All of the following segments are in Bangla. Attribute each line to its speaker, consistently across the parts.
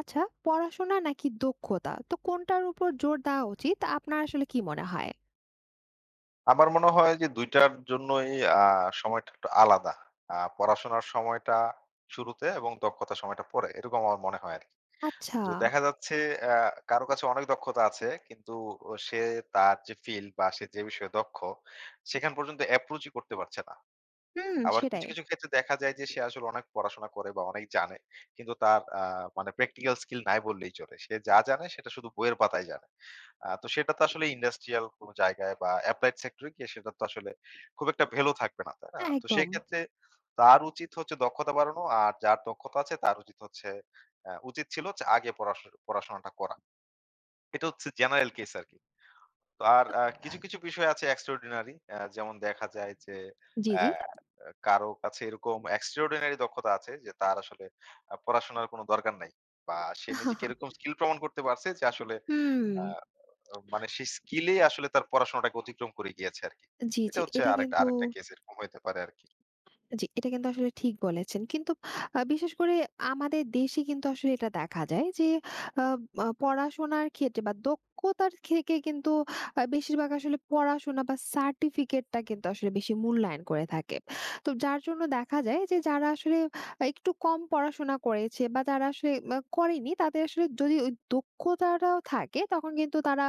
Speaker 1: আচ্ছা, পড়াশোনা নাকি দক্ষতা? তো কোনটার উপর জোর দেওয়া উচিত আপনার আসলে কি মনে হয়?
Speaker 2: আমার মনে হয় যে ২ টার জন্যই আ সময়টা একটু আলাদা। পড়াশোনার সময়টা শুরুতে এবং দক্ষতার সময়টা পরে। এরকম আমার মনে হয় আরকি।
Speaker 1: আচ্ছা।
Speaker 2: যে দেখা যাচ্ছে অ্যা কারো কাছে অনেক দক্ষতা আছে কিন্তু সে তার যে ফিল্ড বা সে যে বিষয়ে দক্ষ সেখান পর্যন্ত অ্যাপ্রোচই করতে পারছে না।
Speaker 1: হুম,
Speaker 2: আবার কিছু,
Speaker 1: সেটাই।
Speaker 2: কিছু ক্ষেত্রে দেখা যায় যে সে আসলে অনেক পড়াশোনা করে বা অনেক জানে। কিন্তু তার মানে প্র্যাকটিক্যাল স্কিল নাই বললেই চলে। সে যা জানে সেটা শুধু বইয়ের পাতায় জানে। তো সেটা তো আসলে ইন্ডাস্ট্রিয়াল কোনো জায়গায় বা এপ্লাইড সেক্টর এ গিয়ে সেটার তো আসলে খুব একটা ভ্যালু থাকবে না, তাই না?
Speaker 1: হ্যাঁ,
Speaker 2: তো সেই
Speaker 1: একদম।
Speaker 2: ক্ষেত্রে তার উচিত হচ্ছে দক্ষতা বাড়ানো। আর যার দক্ষতা আছে তার উচিত হচ্ছে অ্যা উচিত ছিল হচ্ছে আগে পড়াশোনাটা করা। এটা হচ্ছে জেনারেল কেস আরকি। তো আর কিছু, কিছু বিষয় আছে এক্সট্রাঅর্ডিনারি। যেমন দেখা যায় যে
Speaker 1: জি, জি।
Speaker 2: কারো কাছে এরকম extraordinary দক্ষতা আছে যে তার আসলে পড়াশোনার কোনো দরকার নাই। বা সে নিজেকে এরকম স্কিল প্রমাণ করতে পারছে যে আসলে
Speaker 1: হুম।
Speaker 2: আ মানে সেই স্কিলেই আসলে তার পড়াশোনাটাকে অতিক্রম করে গিয়েছে আরকি।
Speaker 1: জি,
Speaker 2: এটা
Speaker 1: জি।
Speaker 2: হচ্ছে
Speaker 1: এটা
Speaker 2: আরেকটা
Speaker 1: কিন্তু
Speaker 2: আরেকটা কেস এরকম হইতে পারে আরকি।
Speaker 1: জি, এটা কিন্তু আসলে ঠিক বলেছেন। কিন্তু বিশেষ করে আমাদের দেশে কিন্তু আসলে এটা দেখা যায় যে আ আ পড়াশোনার ক্ষেত্রে বা দক্ষতার থেকে কিন্তু বেশিরভাগ আসলে পড়াশোনা বা সার্টিফিকেটটা কিন্তু আসলে বেশি মূল্যায়ন করে থাকে। তো যার জন্য দেখা যায় যে যারা আসলে একটু কম পড়াশোনা করেছে বা যারা আসলে করেনি তাদের আসলে যদি ওই দক্ষতাটাও থাকে তখন কিন্তু তারা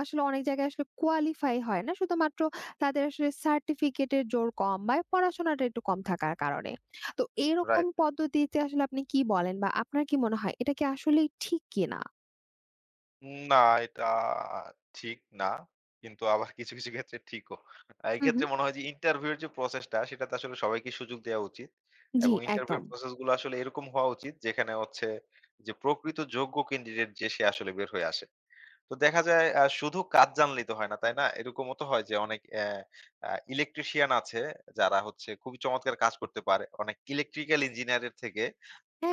Speaker 1: আসলে অনেক জায়গায় আসলে কোয়ালিফাই হয় না। শুধুমাত্র তাদের আসলে সার্টিফিকেটের জোর কম বা পড়াশোনাটা একটু কম থাকার কারণে। তো এরকম
Speaker 2: রাইট।
Speaker 1: পদ্ধতিতে আসলে আপনি কি বলেন বা আপনার কি মনে হয় এটা কি আসলেই ঠিক কিনা?
Speaker 2: না, এটা ঠিক না। কিন্তু আবার কিছু, কিছু ক্ষেত্রে ঠিকও।
Speaker 1: হু, হু।
Speaker 2: এক্ষেত্রে মনে হয় যে ইন্টারভিউ এর যে প্রসেসটা সেটাতে আসলে সবাইকে সুযোগ দেয়া উচিত।
Speaker 1: জি,
Speaker 2: এবং ইন্টারভিউ এর
Speaker 1: একদম।
Speaker 2: প্রসেস গুলো আসলে এরকম হওয়া উচিত যেখানে হচ্ছে যে প্রকৃত যোগ্য ক্যান্ডিডেট যে সে আসলে বের হয়ে আসে। তো দেখা যায় শুধু কাজ জানলেই তো হয় না, তাই না? এরকমও তো হয় যে অনেক অ্যা আ ইলেকট্রিশিয়ান আছে যারা হচ্ছে খুবই চমৎকার কাজ করতে পারে। অনেক ইলেকট্রিক্যাল ইঞ্জিনিয়ার এর থেকে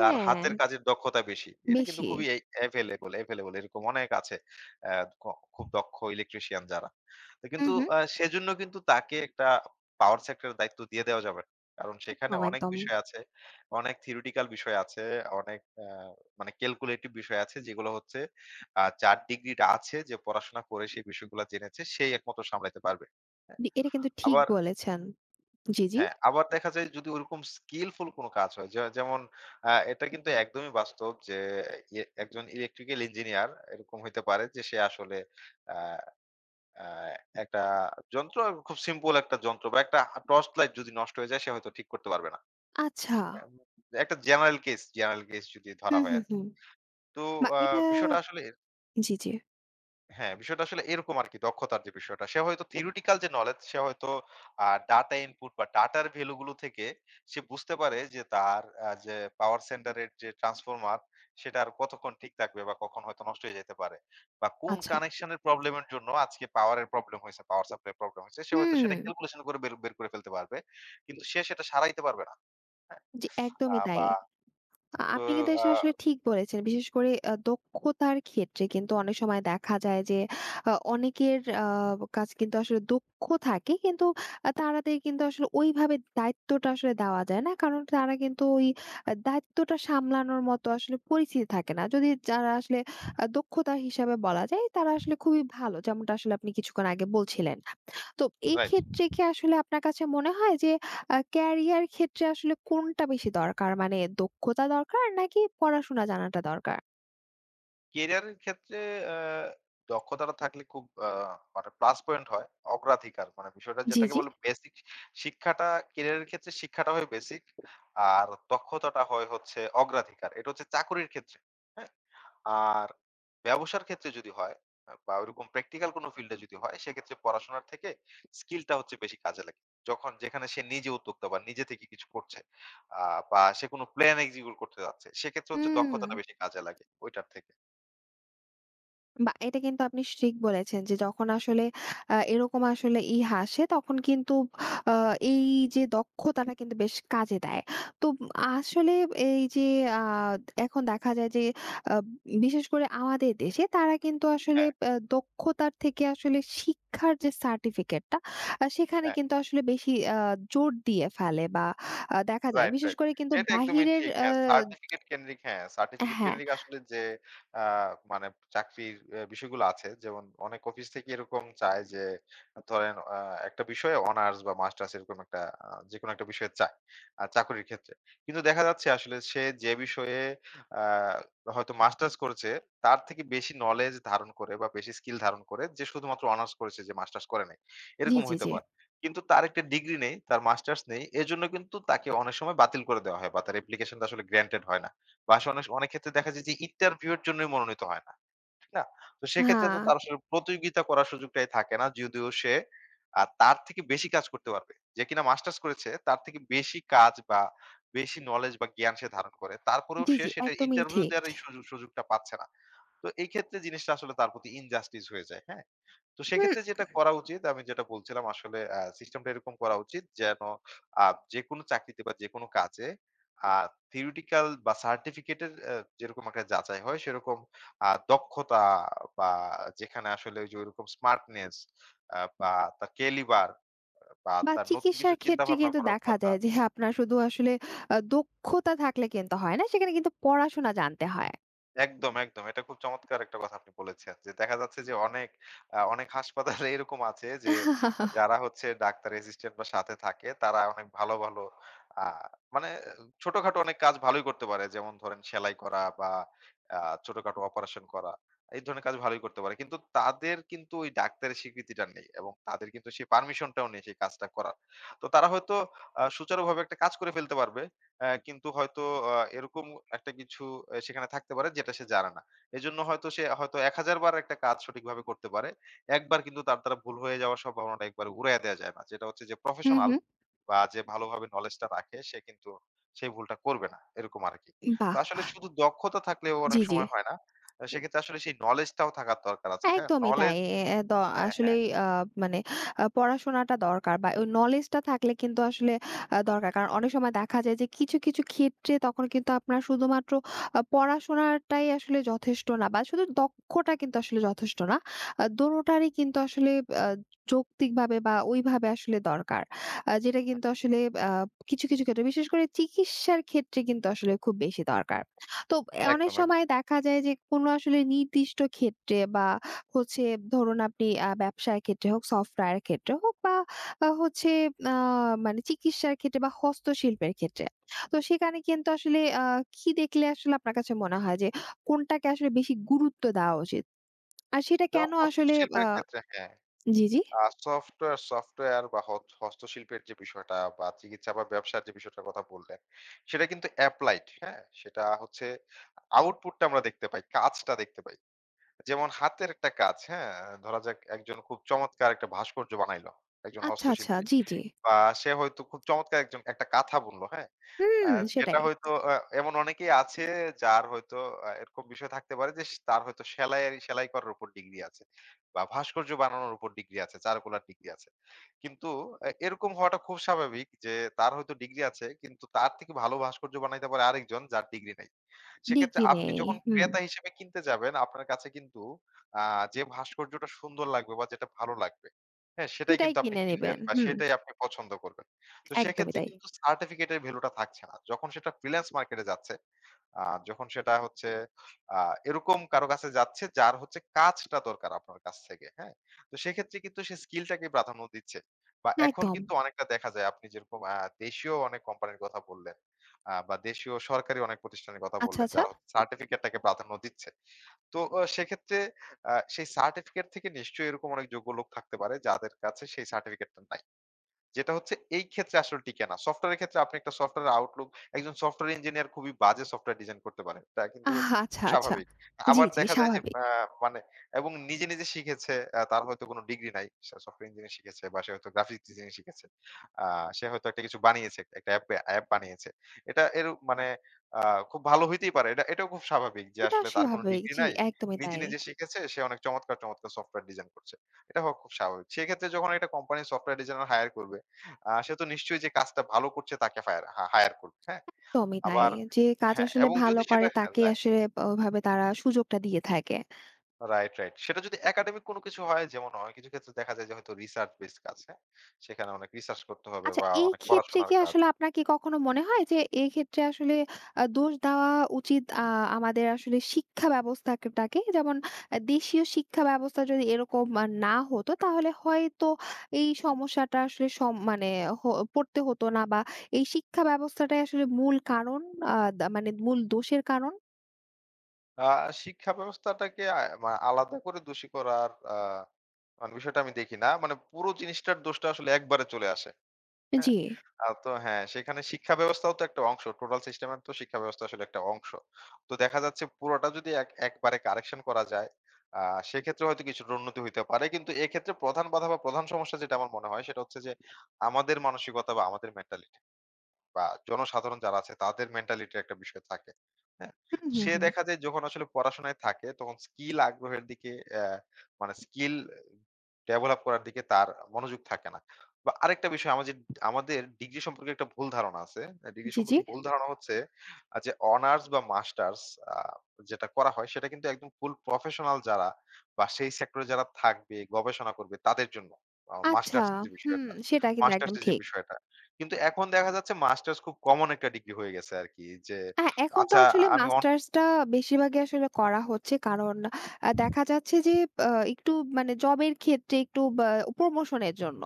Speaker 2: তার হাতের কাজের দক্ষতা বেশি। এটা কিন্তু
Speaker 1: বেশি।
Speaker 2: খুবই এভেইলেবল এরকম অনেক আছে। অ্যা ক খুব দক্ষ ইলেকট্রিশিয়ান যারা। তো
Speaker 1: হু,
Speaker 2: কিন্তু
Speaker 1: হু।
Speaker 2: সেজন্য কিন্তু তাকে একটা পাওয়ার সেক্টর এর দায়িত্ব দিয়ে দেওয়া যাবে না। কারণ সেখানে
Speaker 1: একদম,
Speaker 2: অনেক
Speaker 1: একদম।
Speaker 2: বিষয় আছে, অনেক থিওরিটিক্যাল বিষয় আছে, অনেক মানে ক্যালকুলেটিভ বিষয় আছে যেগুলো হচ্ছে যার ডিগ্রিটা আছে যে পড়াশোনা করে সেই বিষয়গুলো জেনেছে সেই একমাত্র সামলাইতে পারবে। হ্যাঁ?
Speaker 1: জি, এটা কিন্তু ঠিক
Speaker 2: আবার
Speaker 1: বলেছেন। জি, জি।
Speaker 2: হ্যাঁ, আবার দেখা যায় যদি ওরকম স্কিলফুল কোন কাজ হয় যে যেমন এটা কিন্তু একদমই বাস্তব যে একজন ইলেকট্রিক্যাল ইঞ্জিনিয়ার এরকম হইতে পারে যে সে আসলে আ আ একটা যন্ত্র খুব সিম্পল একটা যন্ত্র বা একটা টর্চ লাইট যদি নষ্ট হয়ে যায় সে হয়তো ঠিক করতে পারবে না।
Speaker 1: আচ্ছা।
Speaker 2: উম, একটা জেনারেল কেস যদি
Speaker 1: হু,
Speaker 2: ধরা হয়
Speaker 1: হু,
Speaker 2: আরকি।
Speaker 1: হু।
Speaker 2: তো
Speaker 1: বা
Speaker 2: আ
Speaker 1: এটা
Speaker 2: বিষয়টা আসলে
Speaker 1: জি, জি।
Speaker 2: হ্যাঁ, বিষয়টা আসলে এরকম আরকি দক্ষতার যে বিষয়টা। সে হয়তো theoretical যে knowledge সে হয়তো ডাটা input বা ডাটার ভ্যালু গুলো থেকে সে বুঝতে পারে যে তার যে পাওয়ার সেন্টার এর যে ট্রান্সফরমার সেটা আর কতক্ষণ ঠিক থাকবে বা কখন হয়তো নষ্ট হয়ে যেতে পারে। বা কোন
Speaker 1: আচ্ছা।
Speaker 2: কানেকশন এর প্রবলেম এর জন্য আজকে পাওয়ার এর প্রবলেম হইছে, পাওয়ার সাপ্লাই এর প্রবলেম হইছে। সে হয়তো
Speaker 1: হুম।
Speaker 2: সেটা ক্যালকুলেশন করে বের বের করে ফেলতে পারবে। কিন্তু সে সেটা সারাইতে পারবে না।
Speaker 1: জি,
Speaker 2: আ
Speaker 1: একদমই তাই।
Speaker 2: বা তো
Speaker 1: আপনি কিন্তু
Speaker 2: আ
Speaker 1: এটা আসলে ঠিক বলেছেন। বিশেষ করে দক্ষতার ক্ষেত্রে কিন্তু অনেক সময় দেখা যায় যে অনেকের কাছে কিন্তু আসলে দক্ষ থাকে কিন্তু তাদের কিন্তু আসলে ওইভাবে দায়িত্বটা আসলে দেওয়া যায় না। কারণ তারা কিন্তু ওই দায়িত্বটা সামলানোর মতো আসলে পরিচিতি থাকে না। যদি যারা আসলে দক্ষতা হিসাবে বলা যায় তারা আসলে খুবই ভালো। যেমনটা আসলে আপনি কিছুক্ষণ আগে বলছিলেন। তো এই
Speaker 2: রাইট।
Speaker 1: ক্ষেত্রে কি আসলে আপনার কাছে মনে হয় যে ক্যারিয়ার ক্ষেত্রে আসলে কোনটা বেশি দরকার? মানে দক্ষতা দরকার নাকি পড়াশোনা জানাটা দরকার?
Speaker 2: ক্যারিয়ারের ক্ষেত্রে আ দক্ষতাটা থাকলে খুব মানে প্লাস পয়েন্ট হয়। অগ্রাধিকার মানে বিষয়টা
Speaker 1: জি,
Speaker 2: যেটাকে
Speaker 1: জি।
Speaker 2: বলে বেসিক শিক্ষাটা ক্যারিয়ারের ক্ষেত্রে শিক্ষাটা হয় বেসিক। আর দক্ষতাটা হয় হচ্ছে অগ্রাধিকার। এটা হচ্ছে চাকুরির ক্ষেত্রে, হ্যাঁ? আর ব্যবসার ক্ষেত্রে যদি হয় বা ওইরকম প্র্যাকটিক্যাল কোনো ফিল্ডে যদি হয় সেক্ষেত্রে পড়াশোনার থেকে স্কিলটা হচ্ছে বেশি কাজে লাগে। যখন যেখানে সে নিজে উদ্যোক্তা বা নিজে থেকে কিছু করছে আ বা সে কোনো প্ল্যান এক্সিকিউট করতে যাচ্ছে সেক্ষেত্রে হচ্ছে
Speaker 1: হুম।
Speaker 2: দক্ষতাটা বেশি কাজে লাগে ওইটার থেকে।
Speaker 1: বা এটা কিন্তু আপনি ঠিক বলেছেন যে যখন আসলে এরকম আসলে ই হাসে তখন কিন্তু এই যে দক্ষতাটা কিন্তু বেশ কাজে দেয়। তো আসলে এই যে আহ, এখন দেখা যায় যে আহ, বিশেষ করে আমাদের দেশে তারা কিন্তু আসলে
Speaker 2: হ্যাঁ।
Speaker 1: দক্ষতার থেকে আসলে শিক্ষার যে সার্টিফিকেটটা সেখানে
Speaker 2: হ্যাঁ,
Speaker 1: কিন্তু আসলে বেশি জোর দিয়ে ফেলে বা দেখা যায়
Speaker 2: রাইট,
Speaker 1: বিশেষ
Speaker 2: রাইট।
Speaker 1: করে কিন্তু
Speaker 2: এটা একদমই
Speaker 1: বাহিরের
Speaker 2: ঠিক।
Speaker 1: আহ,
Speaker 2: হ্যাঁ, সার্টিফিকেট
Speaker 1: হ্যাঁ।
Speaker 2: কেন্দ্রিক আসলে যে আ মানে চাকরির বিষয়গুলো আছে যেমন অনেক অফিস থেকে এরকম চায় যে ধরেন একটা বিষয়ে অনার্স বা মাস্টার্স এরকম একটা যেকোনো একটা বিষয় চায় চাকরির ক্ষেত্রে। কিন্তু দেখা যাচ্ছে আসলে সে যে বিষয়ে আ হয়তো মাস্টার্স করেছে তার থেকে বেশি নলেজ ধারণ করে বা বেশি স্কিল ধারণ করে যে শুধুমাত্র অনার্স করেছে যে মাস্টার্স করে নাই।
Speaker 1: জি,
Speaker 2: এরকম
Speaker 1: জি,
Speaker 2: হইতে
Speaker 1: জি।
Speaker 2: পারে। কিন্তু তার একটা ডিগ্রি নেই, তার মাস্টার্স নেই। এজন্য কিন্তু তাকে অনেক সময় বাতিল করে দেওয়া হয় বা তার অ্যাপ্লিকেশনটা আসলে গ্র্যান্টেড হয় না। বা আসলে অনেক অনেক ক্ষেত্রে দেখা যায় যে ইন্টারভিউ এর জন্যই মনোনীত হয় না। ঠিক না? তো সেক্ষেত্রে তো
Speaker 1: হ্যাঁ।
Speaker 2: তার আসলে প্রতিযোগিতা করার সুযোগটাই থাকে না। যদিও সে তার থেকে বেশি কাজ করতে পারবে। যে কিনা মাস্টার্স করেছে তার থেকে বেশি কাজ বা বেশি নলেজ বা জ্ঞান সে ধারণ করে। তারপরেও
Speaker 1: জি,
Speaker 2: সে
Speaker 1: জি।
Speaker 2: সেটা
Speaker 1: একদমই
Speaker 2: ইন্টারভিউ
Speaker 1: ঠিক।
Speaker 2: দেওয়ার এই সুযোগটা পাচ্ছে না। তো এই ক্ষেত্রে জিনিসটা আসলে তার প্রতি ইনজাস্টিস হয়ে যায়। হ্যাঁ? তো সেক্ষেত্রে যেটা করা উচিত আমি যেটা বলছিলাম আসলে সিস্টেমটা এরকম করা উচিত যেন আ যেকোনো চাকরিতে বা যেকোনো কাজে আ থিওরিটিক্যাল বা সার্টিফিকেটের যেরকম একটা যাচাই হয় সেরকম দক্ষতা বা যেখানে আসলে ওই যে ঐরকম স্মার্টনেস বা তার ক্যালিবার বা
Speaker 1: বা
Speaker 2: তার নতুন কিছু
Speaker 1: চিকিৎসার
Speaker 2: চিন্তা
Speaker 1: ক্ষেত্রে
Speaker 2: ভাবনা
Speaker 1: কিন্তু
Speaker 2: করার
Speaker 1: দেখা
Speaker 2: কথা
Speaker 1: যায় যে আপনার শুধু আসলে দক্ষতা থাকলে কিন্তু হয় না। সেখানে কিন্তু পড়াশোনা জানতে হয়।
Speaker 2: একদম, একদম। এটা খুব চমৎকার একটা কথা আপনি বলেছেন। যে দেখা যাচ্ছে যে অনেক আ অনেক হাসপাতালে এরকম আছে যে যারা হচ্ছে ডাক্তার অ্যাসিস্ট্যান্ট বা সাথে থাকে তারা অনেক ভালো, ভালো আ মানে ছোটখাটো অনেক কাজ ভালোই করতে পারে। যেমন ধরেন সেলাই করা বা আ ছোটখাটো অপারেশন করা। এই ধরনের কাজ ভালোই করতে পারে। কিন্তু তাদের কিন্তু ওই ডাক্তারের স্বীকৃতিটা নেই এবং তাদের কিন্তু সেই পারমিশনটাও নেই সেই কাজটা করার। তো তারা হয়তো সুচারুভাবে একটা কাজ করে ফেলতে পারবে। কিন্তু হয়তো এরকম একটা কিছু সেখানে থাকতে পারে যেটা সে জানে না। এজন্য হয়তো সে হয়তো ১০০০ বার একটা কাজ সঠিকভাবে করতে পারে। একবার কিন্তু তার দ্বারা ভুল হয়ে যাওয়ার সম্ভাবনাটা একবারে উড়াইয়া দেয়া যায় না। যেটা হচ্ছে যে
Speaker 1: হুম,
Speaker 2: প্রফেশনাল
Speaker 1: হুম।
Speaker 2: বা যে ভালোভাবে নলেজটা রাখে সে কিন্তু সেই ভুলটা করবে না। এরকম আরকি। তো
Speaker 1: বাহ!
Speaker 2: আসলে শুধু দক্ষতা থাকলেও অনেক
Speaker 1: জি, জি।
Speaker 2: সময় হয় না। সেক্ষেত্রে আসলে সেই নলেজটাও থাকার দরকার আছে। হ্যাঁ?
Speaker 1: একদমই তাই। এ এ দ
Speaker 2: হ্যাঁ, হ্যাঁ।
Speaker 1: আসলেই মানে পড়াশোনাটা দরকার বা ওই নলেজটা থাকলে কিন্তু আসলে দরকার। কারণ অনেক সময় দেখা যায় যে কিছু, কিছু ক্ষেত্রে তখন কিন্তু আপনার শুধুমাত্র পড়াশোনাটাই আসলে যথেষ্ট না বা শুধু দক্ষটা কিন্তু আসলে যথেষ্ট না। দোনোটারই কিন্তু আসলে আ যৌক্তিকভাবে বা ওইভাবে আসলে দরকার। যেটা কিন্তু আসলে আ কিছু, কিছু ক্ষেত্রে বিশেষ করে চিকিৎসার ক্ষেত্রে কিন্তু আসলে খুব বেশি দরকার। তো অনেক
Speaker 2: একদম,
Speaker 1: সময়
Speaker 2: একদম।
Speaker 1: দেখা যায় যে কোনো আসলে নির্দিষ্ট ক্ষেত্রে বা হচ্ছে ধরুন আপনি ব্যবসার ক্ষেত্রে হোক, সফটওয়্যারের ক্ষেত্রে হোক বা আ হচ্ছে আ মানে চিকিৎসার ক্ষেত্রে বা হস্তশিল্পের ক্ষেত্রে। তো সেখানে কিন্তু আসলে কি দেখলে আসলে আপনার কাছে মনে হয় যে কোনটাকে আসলে বেশি গুরুত্ব দেওয়া উচিত? আর সেটা কেন আসলে
Speaker 2: হস্তশিল্পের
Speaker 1: আ
Speaker 2: ক্ষেত্রে হ্যাঁ।
Speaker 1: জি, জি।
Speaker 2: আ সফটওয়্যার সফটওয়্যার বা হস্তশিল্পের যে বিষয়টা বা চিকিৎসা বা ব্যবসার যে বিষয়টার কথা বললেন, সেটা কিন্তু এপ্লাইড, হ্যাঁ? সেটা হচ্ছে আউটপুটটা আমরা দেখতে পাই, কাজটা দেখতে পাই। যেমন হাতের একটা কাজ, হ্যাঁ? ধরা যাক একজন খুব চমৎকার একটা ভাস্কর্য বানাইলো, একজন
Speaker 1: আচ্ছা, আচ্ছা।
Speaker 2: হস্তশিল্পী।
Speaker 1: জি, জি।
Speaker 2: বা সে হয়তো খুব চমৎকার একজন একটা কথা বলল, হ্যাঁ? আ
Speaker 1: হুম,
Speaker 2: যেটা
Speaker 1: সেটাই।
Speaker 2: হয়তো এমন অনেকেই আছে যার হয়তো এরকম বিষয় থাকতে পারে যে তার হয়তো সেলাই করার উপর ডিগ্রি আছে বা ভাস্কর্য বানানোর উপর ডিগ্রি আছে, চারুকলার ডিগ্রি আছে। কিন্তু এরকম হওয়াটা খুব স্বাভাবিক যে তার হয়তো ডিগ্রি আছে কিন্তু তার থেকে ভালো ভাস্কর্য বানাইতে পারে আরেকজন যার ডিগ্রি নাই। সেক্ষেত্রে
Speaker 1: ডিগ্রি
Speaker 2: আপনি
Speaker 1: নেই।
Speaker 2: যখন
Speaker 1: হুম।
Speaker 2: ক্রেতা হিসেবে কিনতে যাবেন আপনার কাছে কিন্তু আ যে ভাস্কর্যটা সুন্দর লাগবে বা যেটা ভালো লাগবে, হ্যাঁ? সেটাই
Speaker 1: সেটাই
Speaker 2: কিন্তু আপনি
Speaker 1: কিনে
Speaker 2: কিনবেন
Speaker 1: নিবেন।
Speaker 2: বা
Speaker 1: হুম,
Speaker 2: সেটাই আপনি পছন্দ করবেন। তো
Speaker 1: একদমই
Speaker 2: সেক্ষেত্রে
Speaker 1: তাই।
Speaker 2: কিন্তু সার্টিফিকেটের ভ্যালুটা থাকছে না। যখন সেটা ফ্রিল্যান্স মার্কেটে যাচ্ছে আ যখন সেটা হচ্ছে আ এরকম কারো কাছে যাচ্ছে যার হচ্ছে কাজটা দরকার আপনার কাছ থেকে, হ্যাঁ? তো সেক্ষেত্রে কিন্তু সে স্কিলটাকেই প্রাধান্য দিচ্ছে। বা এখন
Speaker 1: একদম।
Speaker 2: কিন্তু অনেকটা দেখা যায় আপনি যেরকম দেশীয় অনেক কোম্পানির কথা বললেন, বা দেশীয় সরকারি অনেক প্রতিষ্ঠানের কথা
Speaker 1: আচ্ছা,
Speaker 2: বললেন
Speaker 1: আচ্ছা।
Speaker 2: যারা হচ্ছে সার্টিফিকেটটাকে প্রাধান্য দিচ্ছে। তো সেক্ষেত্রে সেই সার্টিফিকেট থেকে নিশ্চয়ই এরকম অনেক যোগ্য লোক থাকতে পারে যাদের কাছে সেই সার্টিফিকেটটা নাই। যেটা হচ্ছে এই ক্ষেত্রে আসলে টিকে না। সফটওয়্যারের ক্ষেত্রে আপনি একটা সফটওয়্যারের আউটলুক একজন সফটওয়্যার ইঞ্জিনিয়ার খুবই বাজে সফটওয়্যার ডিজাইন করতে পারে। তা কিন্তু
Speaker 1: আহ,
Speaker 2: খুব
Speaker 1: আচ্ছা, আচ্ছা।
Speaker 2: স্বাভাবিক।
Speaker 1: জি,
Speaker 2: আবার
Speaker 1: জি,
Speaker 2: দেখা যায় যে
Speaker 1: স্বাভাবিক।
Speaker 2: মানে এবং নিজে, নিজে শিখেছে তার হয়তো কোনো ডিগ্রি নাই। সে সফটওয়্যার ইঞ্জিনিয়ার শিখেছে বা সে হয়তো গ্রাফিক্স ডিজাইনিং শিখেছে। আ সে হয়তো একটা কিছু বানিয়েছে। একটা অ্যাপ অ্যাপ বানিয়েছে। এর মানে আ খুব ভালো হইতেই পারে। এটাও খুব স্বাভাবিক যে
Speaker 1: এটা
Speaker 2: আসলে তার কোনো
Speaker 1: স্বাভাবিক।
Speaker 2: ডিগ্রি
Speaker 1: জি,
Speaker 2: নাই।
Speaker 1: একদমই
Speaker 2: নিজে,
Speaker 1: তাই।
Speaker 2: নিজে শিখেছে সে অনেক চমৎকার, চমৎকার সফটওয়্যার ডিজাইন করছে। এটা হওয়া খুব স্বাভাবিক। সেক্ষেত্রে যখন একটা কোম্পানি সফটওয়্যার ডিজাইনার হায়ার করবে সে তো নিশ্চয়ই যে কাজটা ভালো করছে তাকে ফায়ার হা হায়ার করবে, হ্যাঁ?
Speaker 1: একদমই তাই।
Speaker 2: আবার
Speaker 1: যে কাজ
Speaker 2: হ্যাঁ,
Speaker 1: আসলে
Speaker 2: এবং
Speaker 1: ভালো
Speaker 2: যদি সেটা
Speaker 1: করে
Speaker 2: হ্যাঁ,
Speaker 1: তাকে
Speaker 2: রাইট,
Speaker 1: আসলে ওভাবে তারা সুযোগটা দিয়ে থাকে।
Speaker 2: Right, right. সেটা যদি একাডেমিক কোনো কিছু হয় যেমন অনেক কিছু ক্ষেত্রে দেখা যায় যে হয়তো রিসার্চ বেসড কাজ, হ্যাঁ? সেখানে অনেক রিসার্চ করতে হবে
Speaker 1: আচ্ছা,
Speaker 2: বা
Speaker 1: এই
Speaker 2: অনেক
Speaker 1: ক্ষেত্রে
Speaker 2: পড়াশোনার
Speaker 1: কি
Speaker 2: কাজ।
Speaker 1: আসলে আপনার কি কখনো মনে হয় যে এই ক্ষেত্রে আসলে দোষ দেওয়া উচিত আমাদের আসলে শিক্ষা ব্যবস্থাটাকে? যেমন দেশীয় শিক্ষা ব্যবস্থা যদি এরকম না হতো তাহলে হয়তো এই সমস্যাটা আসলে মানে হ পড়তে হতো না বা এই শিক্ষা ব্যবস্থাটাই আসলে মূল কারণ, আ দা মানে মূল দোষের কারণ?
Speaker 2: আ শিক্ষা ব্যবস্থাটাকে আ মা আলাদা করে দোষী করার মানে বিষয়টা আমি দেখি না। মানে পুরো জিনিসটার দোষটা আসলে একবারে চলে আসে। হ্যাঁ,
Speaker 1: জি।
Speaker 2: সেখানে শিক্ষা ব্যবস্থাও তো একটা অংশ। টোটাল সিস্টেমের তো শিক্ষা ব্যবস্থা আসলে একটা অংশ। তো দেখা যাচ্ছে পুরোটা যদি একবারে কারেকশন করা যায়, আ সেক্ষেত্রে হয়তো কিছুটা উন্নতি হইতে পারে। কিন্তু এক্ষেত্রে প্রধান বাধা বা প্রধান সমস্যা যেটা আমার মনে হয় সেটা হচ্ছে যে, আমাদের মানসিকতা বা আমাদের মেন্টালিটি। বা জনসাধারণ যারা আছে তাদের মেন্টালিটির একটা বিষয় থাকে। হ্যাঁ?
Speaker 1: হুম, হুম,
Speaker 2: সে
Speaker 1: হুম।
Speaker 2: দেখা যায় যখন আসলে পড়াশোনায় থাকে তখন স্কিল আগ্রহের দিকে অ্যা মানে স্কিল ডেভেলপ করার দিকে তার মনোযোগ থাকে না। বা আরেকটা বিষয় আমাদের ডিগ্রি সম্পর্কে একটা ভুল ধারণা আছে। ডিগ্রি
Speaker 1: জি, জি।
Speaker 2: সম্পর্কে ভুল ধারণা হচ্ছে যে অনার্স বা মাস্টার্স আ যেটা করা হয় সেটা কিন্তু একদম ফুল প্রফেশনাল যারা বা সেই সেক্টরে যারা থাকবে, গবেষণা করবে তাদের জন্য। আ
Speaker 1: আচ্ছা,
Speaker 2: মাস্টার্স এর যে
Speaker 1: হুম,
Speaker 2: বিষয়টা
Speaker 1: সেটা কিন্তু
Speaker 2: মাস্টার্স
Speaker 1: একদম
Speaker 2: এর যে
Speaker 1: ঠিক।
Speaker 2: বিষয়টা। কিন্তু এখন দেখা যাচ্ছে মাস্টার্স খুব কমন একটা ডিগ্রি হয়ে গেছে আরকি যে
Speaker 1: হ্যাঁ, এখন তো
Speaker 2: আচ্ছা
Speaker 1: আসলে
Speaker 2: আমি অন
Speaker 1: মাস্টার্সটা বেশিরভাগই আসলে করা হচ্ছে। কারণ দেখা যাচ্ছে যে একটু মানে জবের ক্ষেত্রে একটু বা প্রমোশনের জন্য।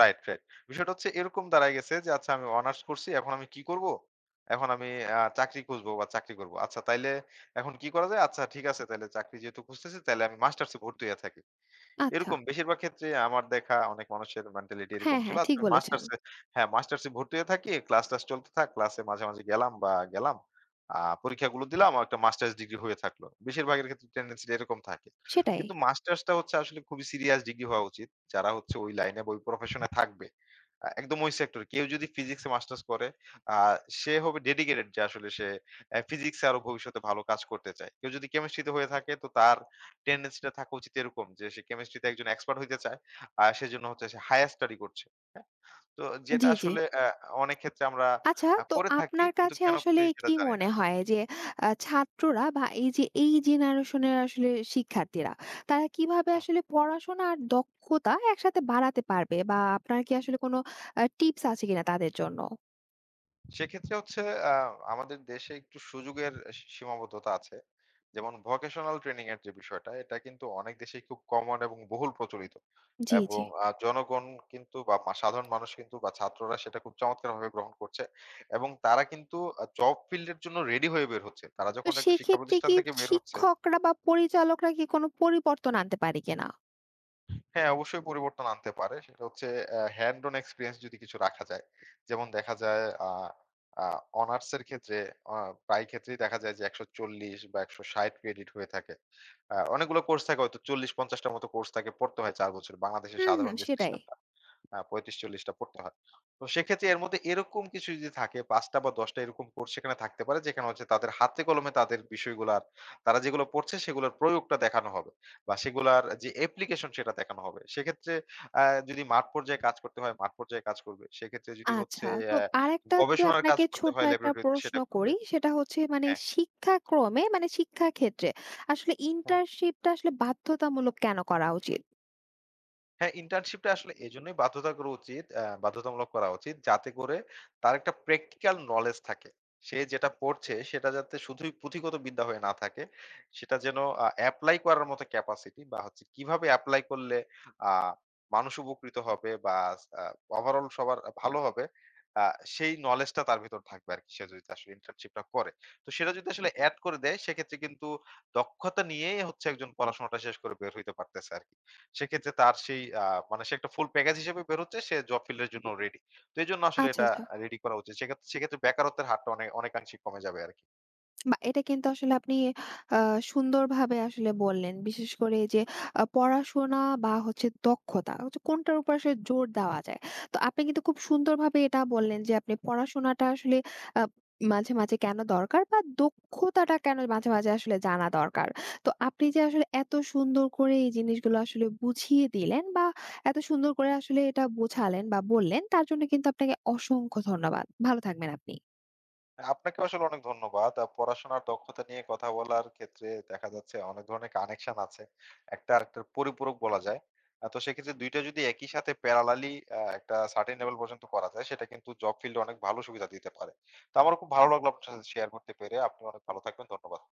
Speaker 2: Right, right. বিষয়টা হচ্ছে এরকম দাঁড়ায় গেছে যে আচ্ছা আমি অনার্স করছি এখন আমি কি করব? এখন আমি চাকরি খুঁজবো বা চাকরি করব। আচ্ছা তাইলে এখন কি করা যায়? আচ্ছা ঠিক আছে তাইলে চাকরি যেহেতু খুঁজতেছি তাইলে আমি মাস্টার্সে ভর্তি হয়ে থাকি।
Speaker 1: আচ্ছা।
Speaker 2: এরকম বেশিরভাগ ক্ষেত্রে আমার দেখা অনেক মানুষের মেন্টালিটি এরকম
Speaker 1: হ্যাঁ,
Speaker 2: ছিল।
Speaker 1: হ্যাঁ, ঠিক
Speaker 2: আচ্ছা
Speaker 1: বলেছেন।
Speaker 2: মাস্টার্সে হ্যাঁ, মাস্টার্সে ভর্তি হয়ে থাকি। ক্লাস-টাস চলতে থাক। ক্লাসে মাঝে, মাঝে গেলাম বা গেলাম। আ পরীক্ষাগুলো দিলাম। আমার একটা মাস্টার্স ডিগ্রি হয়ে থাকলো। বেশিরভাগের ক্ষেত্রে টেনডেন্সি টা এরকম থাকে।
Speaker 1: সেটাই।
Speaker 2: কিন্তু মাস্টার্সটা হচ্ছে আসলে খুবই সিরিয়াস ডিগ্রি হওয়া উচিত। যারা হচ্ছে ওই লাইনে বা ওই প্রফেশন এ থাকবে। একদম ওই সেক্টরে। কেউ যদি ফিজিক্স এ মাস্টার্স করে আ সে হবে ডেডিকেটেড যে আসলে সে ফিজিক্স এ আরো ভবিষ্যতে ভালো কাজ করতে চায়। কেউ যদি কেমিস্ট্রি তে হয়ে থাকে তো তার টেনডেন্সিটা থাকা উচিত এরকম যে সে কেমিস্ট্রিতে একজন এক্সপার্ট হইতে চায়। আর সেজন্য হচ্ছে সে হায়ার স্টাডি করছে। হ্যাঁ? তো যেটা
Speaker 1: জি, জি।
Speaker 2: আসলে অনেক ক্ষেত্রে আমরা
Speaker 1: আচ্ছা, তো
Speaker 2: করে থাকি
Speaker 1: আপনার
Speaker 2: কিন্তু
Speaker 1: কাছে
Speaker 2: কেন
Speaker 1: আসলে
Speaker 2: করতেছি সেটা
Speaker 1: কি
Speaker 2: জানি
Speaker 1: মনে
Speaker 2: না।
Speaker 1: হয় যে ছাত্ররা বা এই যে এই জেনারেশনের আসলে শিক্ষার্থীরা তারা কিভাবে
Speaker 2: হুম।
Speaker 1: আসলে পড়াশোনা আর দক্ষতা একসাথে বাড়াতে পারবে? বা আপনার কি আসলে কোনো টিপস আছে কিনা তাদের জন্য?
Speaker 2: সেক্ষেত্রে হচ্ছে আ আমাদের দেশে একটু সুযোগের সীমাবদ্ধতা আছে। যেমন ভোকেশনাল ট্রেনিং এর যে বিষয়টা, এটা কিন্তু অনেক দেশেই খুব কমন এবং বহুল প্রচলিত।
Speaker 1: জি, জি।
Speaker 2: এবং জনগণ কিন্তু বা সাধারণ মানুষ কিন্তু বা ছাত্ররা সেটা খুব চমৎকারভাবে গ্রহণ করছে। এবং তারা কিন্তু জব ফিল্ড এর জন্য রেডি হয়ে বের হচ্ছে। তারা
Speaker 1: তো
Speaker 2: যখন একটা শিক্ষা
Speaker 1: সেক্ষেত্রে
Speaker 2: প্রতিষ্ঠান
Speaker 1: কি
Speaker 2: থেকে বের হচ্ছে
Speaker 1: শিক্ষকরা বা পরিচালকরা কি কোনো পরিবর্তন আনতে পারে কিনা?
Speaker 2: হ্যাঁ, অবশ্যই পরিবর্তন আনতে পারে। সেটা হচ্ছে হ্যান্ড অন এক্সপেরিয়েন্স যদি কিছু রাখা যায়। যেমন দেখা যায় আ আ অনার্স এর ক্ষেত্রে অ প্রায় ক্ষেত্রেই দেখা যায় যে ১৪০ বা ১৬০ ক্রেডিট হয়ে থাকে। অনেকগুলো কোর্স থাকে হয়তো ৪০-৫০ টার মতো কোর্স থাকে পড়তে হয় ৪ বছর। বাংলাদেশের
Speaker 1: হুম, হুম,
Speaker 2: সাধারণ যে
Speaker 1: সেটাই।
Speaker 2: সিস্টেমটা। ৩৫-৪০ টা পড়তে হয়। তো সেক্ষেত্রে এর মধ্যে এরকম কিছু যদি থাকে ৫ টা বা ১০ টা এরকম কোর্স সেখানে থাকতে পারে যেখানে হচ্ছে তাদের হাতে কলমে তাদের বিষয়গুলার তারা যেগুলো পড়ছে সেগুলোর প্রয়োগটা দেখানো হবে বা সেগুলার যে অ্যাপ্লিকেশন সেটা দেখানো হবে। সেক্ষেত্রে আ যদি মাঠ পর্যায়ে কাজ করতে হয় মাঠ পর্যায়ে কাজ করবে। সেক্ষেত্রে যদি হচ্ছে
Speaker 1: আচ্ছা। তো আরেকটা যদি
Speaker 2: গবেষণার কাজ
Speaker 1: আপনাকে
Speaker 2: করতে
Speaker 1: ছোট্ট
Speaker 2: হয়
Speaker 1: একটা
Speaker 2: ল্যাবরেটরিতে
Speaker 1: প্রশ্ন
Speaker 2: সেটা করবে।
Speaker 1: করি, সেটা হচ্ছে মানে
Speaker 2: হ্যাঁ,
Speaker 1: শিক্ষাক্রমে মানে শিক্ষাক্ষেত্রে আসলে
Speaker 2: হ্যাঁ।
Speaker 1: ইন্টার্নশিপটা আসলে বাধ্যতামূলক কেন করা উচিত?
Speaker 2: হ্যাঁ, ইন্টার্নশিপটা আসলে এজন্যই বাধ্যতামূলক করা উচিত যাতে করে তার একটা প্র্যাকটিক্যাল নলেজ থাকে। সে যেটা পড়ছে সেটা যাতে শুধুই পুঁথিগত বিদ্যা হয়ে না থাকে, সেটা যেন এপ্লাই করার মতো ক্যাপাসিটি বা হচ্ছে কিভাবে এপ্লাই করলে আ মানুষ উপকৃত হবে বা আ ওভারঅল সবার ভালো হবে, আ সেই নলেজটা তার ভেতর থাকবে আরকি সে যদি আসলে ইন্টার্নশিপটা করে। তো সেটা যদি আসলে এড করে দেয় সেক্ষেত্রে কিন্তু দক্ষতা নিয়েই হচ্ছে একজন পড়াশোনাটা শেষ করে বের হইতে পারতেছে আরকি। সেক্ষেত্রে তার সেই আ মানে সে একটা ফুল প্যাকেজ হিসেবে বের হচ্ছে। সে জব ফিল্ড এর জন্য জি। রেডি। তো এজন্য আসলে
Speaker 1: আচ্ছা,
Speaker 2: এটা
Speaker 1: আচ্ছা।
Speaker 2: রেডি করা উচিত। সেক্ষেত্রে সেক্ষেত্রে বেকারত্বের হারটা অনেক অনেকাংশে কমে যাবে আরকি।
Speaker 1: বাহ! এটা কিন্তু আসলে আপনি আ সুন্দরভাবে আসলে বললেন। বিশেষ করে এই যে পড়াশোনা বা হচ্ছে দক্ষতা হচ্ছে কোনটার উপর আসলে জোর দেওয়া যায়। তো আপনি কিন্তু খুব সুন্দরভাবে এটা বললেন যে আপনি পড়াশোনাটা আসলে আ মাঝে, মাঝে কেন দরকার বা দক্ষতাটা কেন মাঝে, মাঝে আসলে জানা দরকার। তো আপনি যে আসলে এত সুন্দর করে এই জিনিসগুলো আসলে বুঝিয়ে দিলেন বা এত সুন্দর করে আসলে এটা বোঝালেন বা বললেন তার জন্য কিন্তু আপনাকে অসংখ্য ধন্যবাদ। ভালো থাকবেন আপনি।
Speaker 2: আপনাকেও আসলে অনেক ধন্যবাদ। পড়াশোনার দক্ষতা নিয়ে কথা বলার ক্ষেত্রে দেখা যাচ্ছে অনেক ধরনের কানেকশন আছে। একটা আরেকটার পরিপূরক বলা যায়। তো সেক্ষেত্রে ২ টা যদি একই সাথে প্যারালালি একটা সার্টেন লেভেল পর্যন্ত করা যায় সেটা কিন্তু জব ফিল্ডে অনেক ভালো সুবিধা দিতে পারে। তো আমারও খুব ভালো লাগলো আপনার সাথে শেয়ার করতে পেরে। আপনি অনেক ভালো থাকবেন। ধন্যবাদ।